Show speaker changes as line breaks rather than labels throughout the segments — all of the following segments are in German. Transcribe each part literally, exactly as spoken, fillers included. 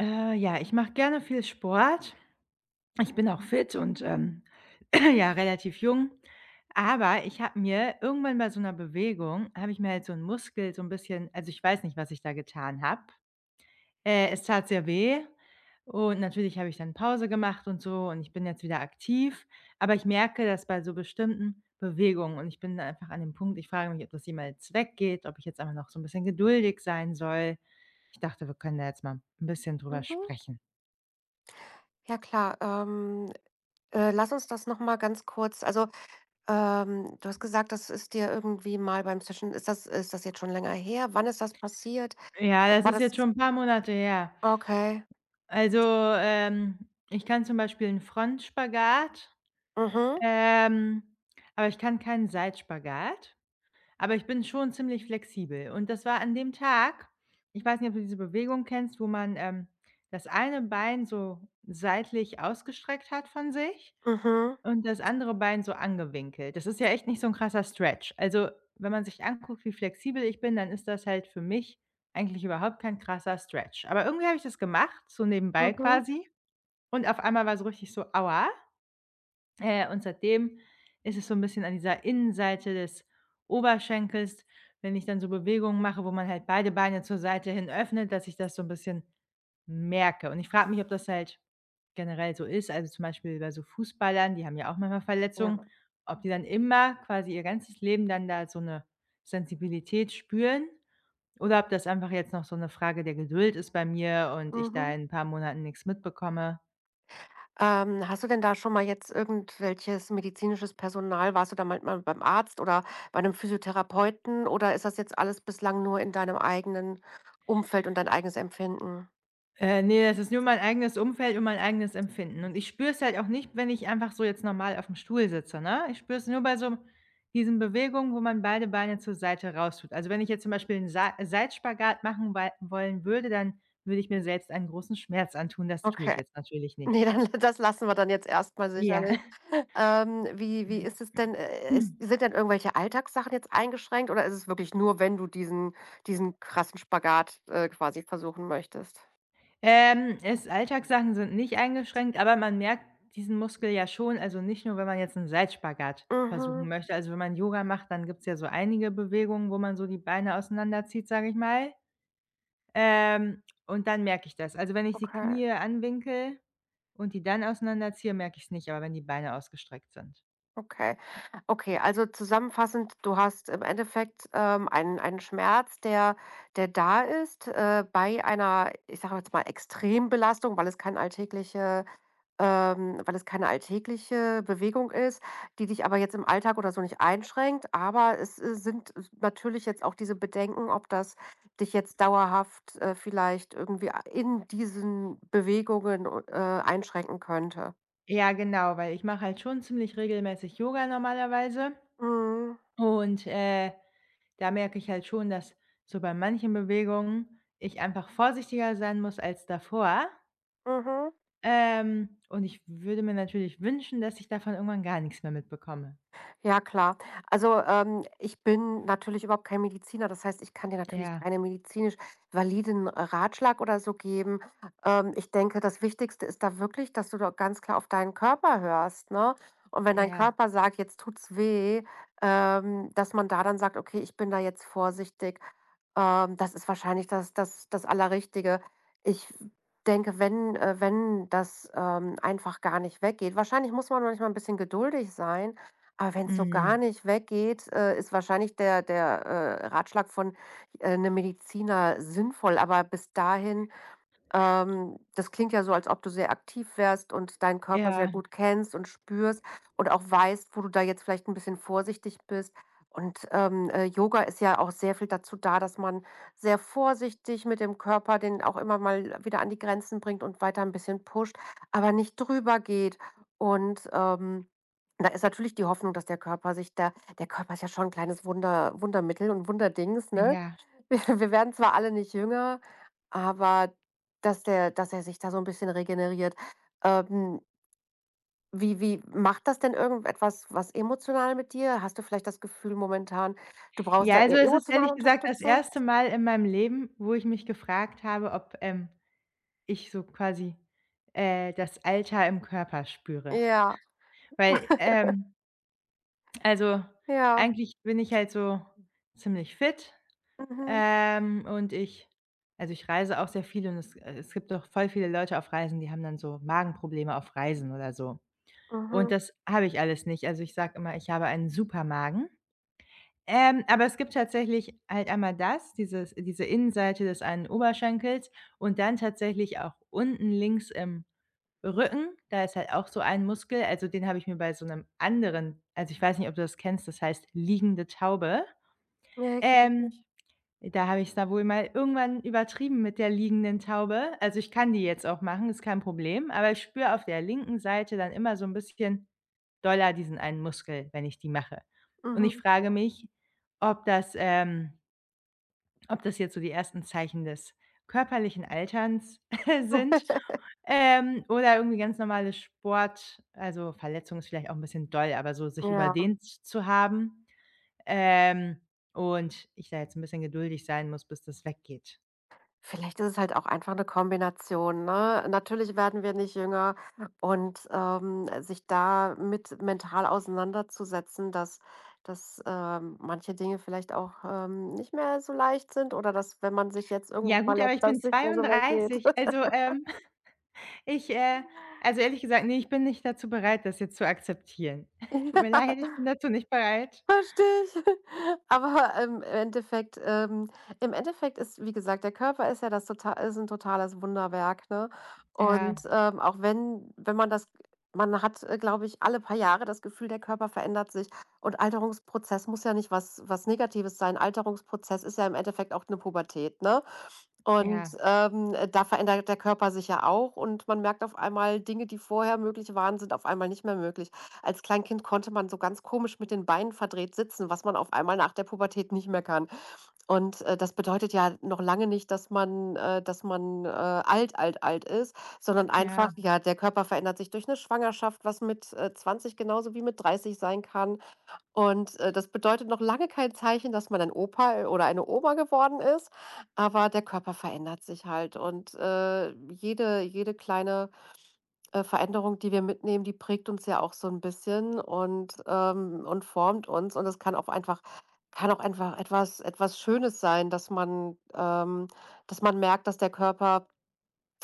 Äh, ja, ich mache gerne viel Sport. Ich bin auch fit und, ähm, ja, relativ jung. Aber ich habe mir irgendwann bei so einer Bewegung habe ich mir halt so einen Muskel so ein bisschen also, ich weiß nicht, was ich da getan habe. Äh, es tat sehr weh und natürlich habe ich dann Pause gemacht und so und ich bin jetzt wieder aktiv, aber ich merke das bei so bestimmten Bewegungen und ich bin da einfach an dem Punkt, ich frage mich, ob das jemals weggeht, ob ich jetzt einfach noch so ein bisschen geduldig sein soll. Ich dachte, wir können da jetzt mal ein bisschen drüber
Mhm.
sprechen.
Ja klar, ähm, äh, lass uns das noch mal ganz kurz also, ähm, du hast gesagt, das ist dir irgendwie mal beim Session ist das ist das jetzt schon länger her? Wann ist das passiert?
Ja, das
War
ist
das
jetzt schon ein paar Monate her.
okay.
Also, ähm, ich kann zum Beispiel 'n Frontspagat,
Mhm,
ähm, aber ich kann keinen Seitsspagat, aber ich bin schon ziemlich flexibel. Und das war an dem Tag ich weiß nicht, ob du diese Bewegung kennst, wo man, ähm, das eine Bein so seitlich ausgestreckt hat von sich
mhm,
und das andere Bein so angewinkelt. Das ist ja echt nicht so 'n krasser Stretch. Also, wenn man sich anguckt, wie flexibel ich bin, dann ist das halt für mich eigentlich überhaupt kein krasser Stretch. Aber irgendwie habe ich das gemacht, so nebenbei
mhm,
quasi und auf einmal war's so richtig so: „Aua.“ äh, und seitdem ist es so 'n bisschen an dieser Innenseite des Oberschenkels, wenn ich dann so Bewegungen mache, wo man halt beide Beine zur Seite hin öffnet, dass ich das so 'n bisschen merke. Und ich frage mich, ob das halt generell so ist, also, zum Beispiel bei so Fußballern, die haben ja auch manchmal Verletzungen,
ja,
ob die dann immer quasi ihr ganzes Leben dann da so 'ne Sensibilität spüren oder ob das einfach jetzt noch so 'ne Frage der Geduld ist bei mir und ich da
mhm.
in 'n paar Monaten nix mitbekomme.
Ähm, hast du denn da schon mal jetzt irgendwelches medizinisches Personal, warst du da manchmal beim Arzt oder bei einem Physiotherapeuten, oder ist das jetzt alles bislang nur in deinem eigenen Umfeld und dein eigenes Empfinden?
Äh, ne, das ist nur mein eigenes Umfeld und mein eigenes Empfinden. Und ich spüre es halt auch nicht, wenn ich einfach so jetzt normal auf dem Stuhl sitze, ne? Ich spüre es nur bei so diesen Bewegungen, wo man beide Beine zur Seite raustut. Also, wenn ich jetzt zum Beispiel einen Sei Seitspagrat machen wei wollen würde, dann würde ich mir selbst einen großen Schmerz antun. Das tue ich
Okay.
jetzt natürlich
Ne,
nicht.
dann das lassen wir dann jetzt erst mal
Ja.
sicherlich. Ähm, wie wie ist es denn, äh, ist, sind denn irgendwelche Alltagssachen jetzt eingeschränkt, oder ist es wirklich nur, wenn du diesen diesen krassen Spagat, äh, quasi versuchen möchtest?
Ähm, es Alltagssachen sind nicht eingeschränkt, aber man merkt diesen Muskel ja schon, also nicht nur, wenn man jetzt 'n Seilspagat versuchen
Mhm,
möchte. Also, wenn man Yoga macht, dann gibt's ja so einige Bewegungen, wo man so die Beine auseinanderzieht, sage ich mal. Ähm, und dann merke ich das. Also, wenn ich die
okay,
Knie anwinkel und die dann auseinanderziehe, merke ich es nicht, aber wenn die Beine ausgestreckt sind.
okay. Okay, also zusammenfassend, du hast im Endeffekt, ähm, einen einen Schmerz, der der da ist, äh, bei einer, ich sage jetzt mal, Extrembelastung, weil es keine alltägliche Ähm, weil es keine alltägliche Bewegung ist, die dich aber jetzt im Alltag oder so nicht einschränkt. Aber es, äh, sind s natürlich jetzt auch diese Bedenken, ob das dich jetzt dauerhaft, äh, vielleicht irgendwie a in diesen Bewegungen, äh, einschränken könnte.
Ja, genau, weil ich mache halt schon ziemlich regelmäßig Yoga normalerweise
Mhm.
und, äh da merke ich halt schon, dass so bei manchen Bewegungen ich einfach vorsichtiger sein muss als davor.
Mhm.
Ähm, und ich würde mir natürlich wünschen, dass ich davon irgendwann gar nichts mehr mitbekomme.
Ja, klar. Also, ähm, ich bin natürlich überhaupt kein Mediziner. Das heißt, ich kann dir natürlich
Ja,
keinen medizinisch validen äh, Ratschlag oder so geben. Ähm, ich denke, das Wichtigste ist da wirklich, dass du da ganz klar auf deinen Körper hörst, ne? Und wenn dein
ja,
Körper sagt: „Jetzt tut's weh“, ähm, dass man da dann sagt: „Okay, ich bin da jetzt vorsichtig.“ Ähm, das ist wahrscheinlich das das das Allerrichtige. Ich denke, wenn äh, wenn das, ähm, einfach gar nicht weggeht, wahrscheinlich muss man manchmal ein bisschen geduldig sein. Aber wenn es so gar
mhm,
nicht weggeht, äh, ist wahrscheinlich der der, äh, Ratschlag von äh, 'nem Mediziner sinnvoll. Aber bis dahin, ähm, das klingt ja so, als ob du sehr aktiv wärst und deinen Körper sehr
ja,
gut kennst und spürst und auch weißt, wo du da jetzt vielleicht ein bisschen vorsichtig bist. Und, ähm, äh, Yoga ist ja auch sehr viel dazu da, dass man sehr vorsichtig mit dem Körper den auch immer mal wieder an die Grenzen bringt und weiter ein bisschen pusht, aber nicht drüber geht. Und, ähm, da ist natürlich die Hoffnung, dass der Körper sich da, der Körper ist ja schon ein kleines Wunder, Wundermittel und Wunderdings, ne?
ja.
Wir wir werden zwar alle nicht jünger, aber dass der dass er sich da so 'n bisschen regeneriert. Ähm, wie wie macht das denn irgendetwas was emotional mit dir? Hast du vielleicht das Gefühl momentan, du brauchst
Ja,
da
also,
eher
es ist
emotionale
ehrlich gesagt das
Unterstützung?
erste Mal in meinem Leben, wo ich mich gefragt habe, ob, ähm, ich so quasi, äh, das Alter im Körper spüre.
Ja,
Weil, ähm also,
ja.
eigentlich bin ich halt so ziemlich fit.
Mhm,
Ähm, und ich also, ich reise auch sehr viel und es äh, es gibt doch voll viele Leute auf Reisen, die haben dann so Magenprobleme auf Reisen oder so. Und
mhm.
das habe ich alles nicht. Also, ich sage immer, ich habe einen super Magen. Ähm, aber es gibt tatsächlich halt einmal das, dieses diese Innenseite des einen Oberschenkels und dann tatsächlich auch unten links im Rücken, da ist halt auch so ein Muskel, also den habe ich mir bei so einem anderen also, ich weiß nicht, ob du das kennst, das heißt liegende Taube.
Ne, kenne ich
Ähm
nicht.
Da habe ich es da wohl mal irgendwann übertrieben mit der liegenden Taube. Also, ich kann die jetzt auch machen, ist kein Problem, aber ich spüre auf der linken Seite dann immer so 'n bisschen doller diesen einen Muskel, wenn ich die mache. Und ich
Mhm,
frage mich, ob das ähm, ob das jetzt so die ersten Zeichen des körperlichen Alterns sind, ähm, oder irgendwie ganz normales Sport also, Verletzung ist vielleicht auch 'n bisschen doll, aber so sich
ja.
überdehnt zu haben, ähm, und ich da jetzt 'n bisschen geduldig sein muss, bis das weggeht.
Vielleicht ist es halt auch einfach eine Kombination, ne? Natürlich werden wir nicht jünger und, ähm, sich da mit mental auseinanderzusetzen, dass dass, ähm, manche Dinge vielleicht auch, ähm, nicht mehr so leicht sind, oder dass, wenn man sich jetzt irgendwo
Ja gut, aber
verletzt,
ich bin
das nicht mehr so weit geht.
zweiunddreißig. Also, ähm, ich, äh also ehrlich gesagt, ne, ich bin nicht dazu bereit, das jetzt zu akzeptieren. Tut mir leid, ich bin dazu nicht bereit.
Verstehe ich. Aber, ähm, im Endeffekt ähm, im Endeffekt ist, wie gesagt, der Körper ist ja das total, ist ein totales Wunderwerk, ne? Und,
Ja,
ähm, auch wenn wenn man das, man hat, äh, glaube ich, alle paar Jahre das Gefühl, der Körper verändert sich. Und Alterungsprozess muss ja nicht was was Negatives sein. Alterungsprozess ist ja im Endeffekt auch eine Pubertät, ne? Und,
ja,
ähm, da verändert der Körper sich ja auch und man merkt auf einmal Dinge, die vorher möglich waren, sind auf einmal nicht mehr möglich. Als Kleinkind konnte man so ganz komisch mit den Beinen verdreht sitzen, was man auf einmal nach der Pubertät nicht mehr kann. Und, äh, das bedeutet ja noch lange nicht, dass man äh, dass man, äh, alt, alt, alt ist, sondern
ja.
einfach ja, der Körper verändert sich durch eine Schwangerschaft, was mit, äh, zwanzig genauso wie mit dreißig sein kann. Und, äh, das bedeutet noch lange kein Zeichen, dass man ein Opa äh, oder eine Oma geworden ist, aber der Körper verändert sich halt und, äh, jede jede kleine äh, Veränderung, die wir mitnehmen, die prägt uns ja auch so ein bisschen und, ähm und formt uns, und das kann auch einfach kann auch einfach etwas etwas Schönes sein, dass man ähm, dass man merkt, dass der Körper,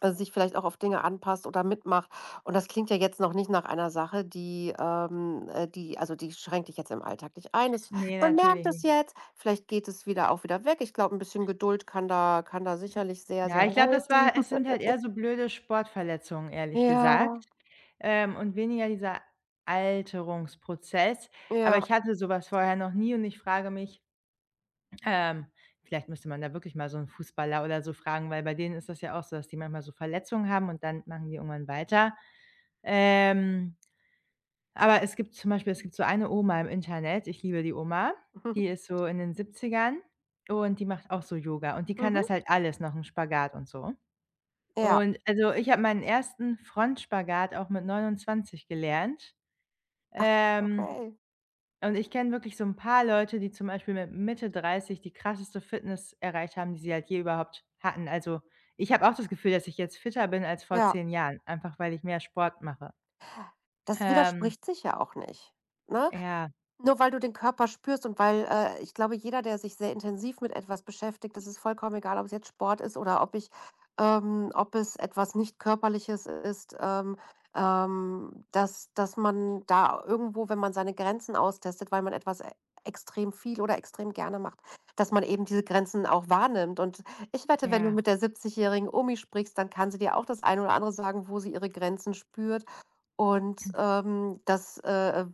äh, sich vielleicht auch auf Dinge anpasst oder mitmacht. Und das klingt ja jetzt noch nicht nach einer Sache, die, ähm äh, die also, die schränkt dich jetzt im Alltag nicht ein. Es,
Ne,
man merkt
natürlich
es
nicht.
jetzt, vielleicht geht es wieder auch wieder weg. Ich glaube, ein bisschen Geduld kann da kann da sicherlich sehr,
Ja,
sehr
ich glaube, das
helfen.
war es sind halt eher so blöde Sportverletzungen, ehrlich
Ja,
gesagt, ähm, und weniger dieser Alterungsprozess. Aber
ja.
ich hatte so was vorher noch nie und ich frage mich. Ähm, Vielleicht müsste man da wirklich mal so einen Fußballer oder so fragen, weil bei denen ist das ja auch so, dass die manchmal so Verletzungen haben und dann machen die irgendwann weiter. Ähm, aber es gibt zum Beispiel es gibt so eine Oma im Internet, ich liebe die Oma, die ist so in den Siebzigern und die macht auch so Yoga und die kann
Mhm.
das halt alles, noch 'n Spagat und so.
Ja.
Und also, ich habe meinen ersten Frontspagat auch mit neunundzwanzig gelernt,
Ach,
ähm,
okay.
und ich kenne wirklich so ein paar Leute, die zum Beispiel mit Mitte dreißig die krasseste Fitness erreicht haben, die sie halt je überhaupt hatten. Also, ich habe auch das Gefühl, dass ich jetzt fitter bin als vor
Ja,
zehn Jahren, einfach weil ich mehr Sport mache.
das
Ähm,
widerspricht sich ja auch nicht, ne?
ja,
Nur weil du den Körper spürst und weil, äh, ich glaube, jeder, der sich sehr intensiv mit etwas beschäftigt, das ist vollkommen egal, ob es jetzt Sport ist, oder ob ich ähm, ob es etwas nicht Körperliches ist, ähm, ähm, dass dass man da irgendwo, wenn man seine Grenzen austestet, weil man etwas e extrem viel oder extrem gerne macht, dass man eben diese Grenzen auch wahrnimmt. Und ich wette, wenn du
ja,
mit der siebzig- jährigen Omi sprichst, dann kann sie dir auch das eine oder andere sagen, wo sie ihre Grenzen spürt. Und, ähm, das, äh,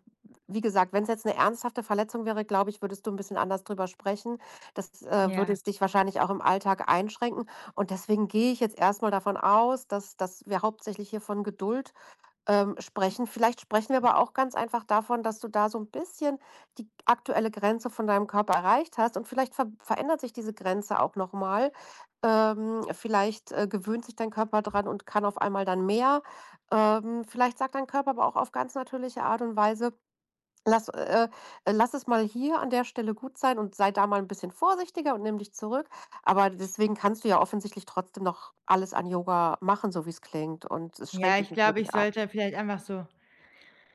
wie gesagt, wenn es jetzt 'ne ernsthafte Verletzung wäre, glaube ich, würdest du 'n bisschen anders drüber sprechen. Das, äh, würde
ja.
es dich wahrscheinlich auch im Alltag einschränken. Und deswegen gehe ich jetzt erst mal davon aus, dass dass wir hauptsächlich hier von Geduld, ähm, sprechen. Vielleicht sprechen wir aber auch ganz einfach davon, dass du da so 'n bisschen die aktuelle Grenze von deinem Körper erreicht hast, und vielleicht ver verändert sich diese Grenze auch noch mal. Ähm, vielleicht, äh, gewöhnt sich dein Körper dran und kann auf einmal dann mehr. Ähm, vielleicht sagt dein Körper aber auch auf ganz natürliche Art und Weise: Lass äh, äh, lass es mal hier an der Stelle gut sein und sei da mal ein bisschen vorsichtiger und nimm dich zurück. Aber deswegen kannst du ja offensichtlich trotzdem noch alles an Yoga machen, so wie es klingt, und es
Ja,
schränkt dich
ich
nicht
glaube, ich
wirklich ein.
sollte vielleicht einfach so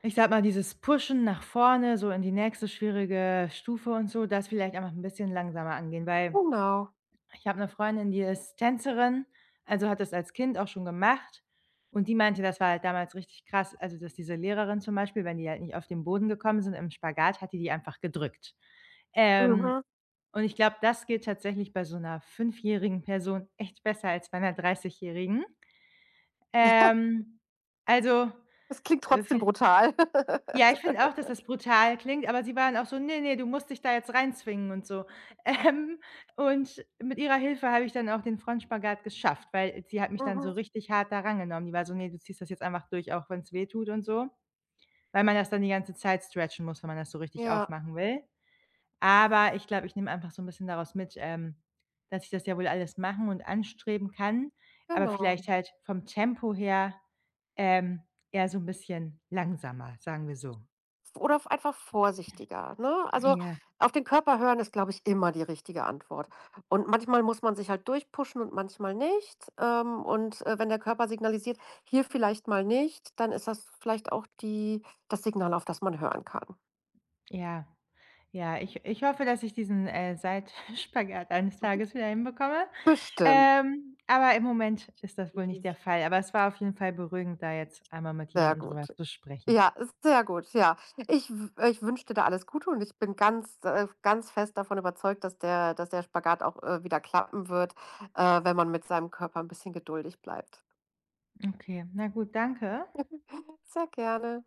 ich sag mal, dieses Pushen nach vorne, so in die nächste schwierige Stufe und so, das vielleicht einfach ein bisschen langsamer angehen, weil
Genau.
ich habe 'ne Freundin, die ist Tänzerin, also hat das als Kind auch schon gemacht und die meinte, das war halt damals richtig krass, also, dass diese Lehrerin zum Beispiel, wenn die halt nicht auf den Boden gekommen sind im Spagat, hat die die einfach gedrückt. Ähm,
Mhm.
und ich glaube, das geht tatsächlich bei so 'ner fünfjährigen Person echt besser als bei 'ner dreißigjährigen. Ähm, also,
Es klingt
äh,
trotzdem
viel
brutal.
Ja, ich finde auch, dass das brutal klingt, aber sie waren auch so: „Ne, ne, du musst dich da jetzt reinzwingen“ und so. Ähm, und mit ihrer Hilfe habe ich dann auch den Frontspagat geschafft, weil sie hat mich dann so
Mhm.
richtig hart da rangenommen. Die war so: „Ne, du ziehst das jetzt einfach durch, auch wenn's weh tut“ und so, weil man das dann die ganze Zeit stretchen muss, wenn man das so richtig
Ja,
aufmachen will. Aber ich glaube, ich nehme einfach so 'n bisschen daraus mit, ähm, dass ich das ja wohl alles machen und anstreben kann, aber
genau.
vielleicht halt vom Tempo her, ähm, eher so 'n bisschen langsamer, sagen wir so.
Oder v einfach vorsichtiger, ne? Also,
Ja.
auf den Körper hören ist, glaube ich, immer die richtige Antwort. Und manchmal muss man sich halt durchpushen und manchmal nicht. Ähm, und, äh, wenn der Körper signalisiert: „Hier vielleicht mal nicht“, dann ist das vielleicht auch die, das Signal, auf das man hören kann.
Ja, ja, ich ich hoffe, dass ich diesen, äh, Seitwärtsspagat eines
Mhm.
Tages wieder hinbekomme.
Bestimmt.
Ähm, aber im Moment ist das wohl nicht der Fall. Aber es war auf jeden Fall beruhigend, da jetzt einmal mit
Sehr
jemandem drüber
gut.
zu sprechen.
Ja, sehr gut, ja. Ich w äh, ich wünsche dir da alles Gute, und ich bin ganz, äh ganz fest davon überzeugt, dass der dass der Spagat auch, äh, wieder klappen wird, äh, wenn man mit seinem Körper ein bisschen geduldig bleibt.
Okay, na gut, danke.
Sehr gerne.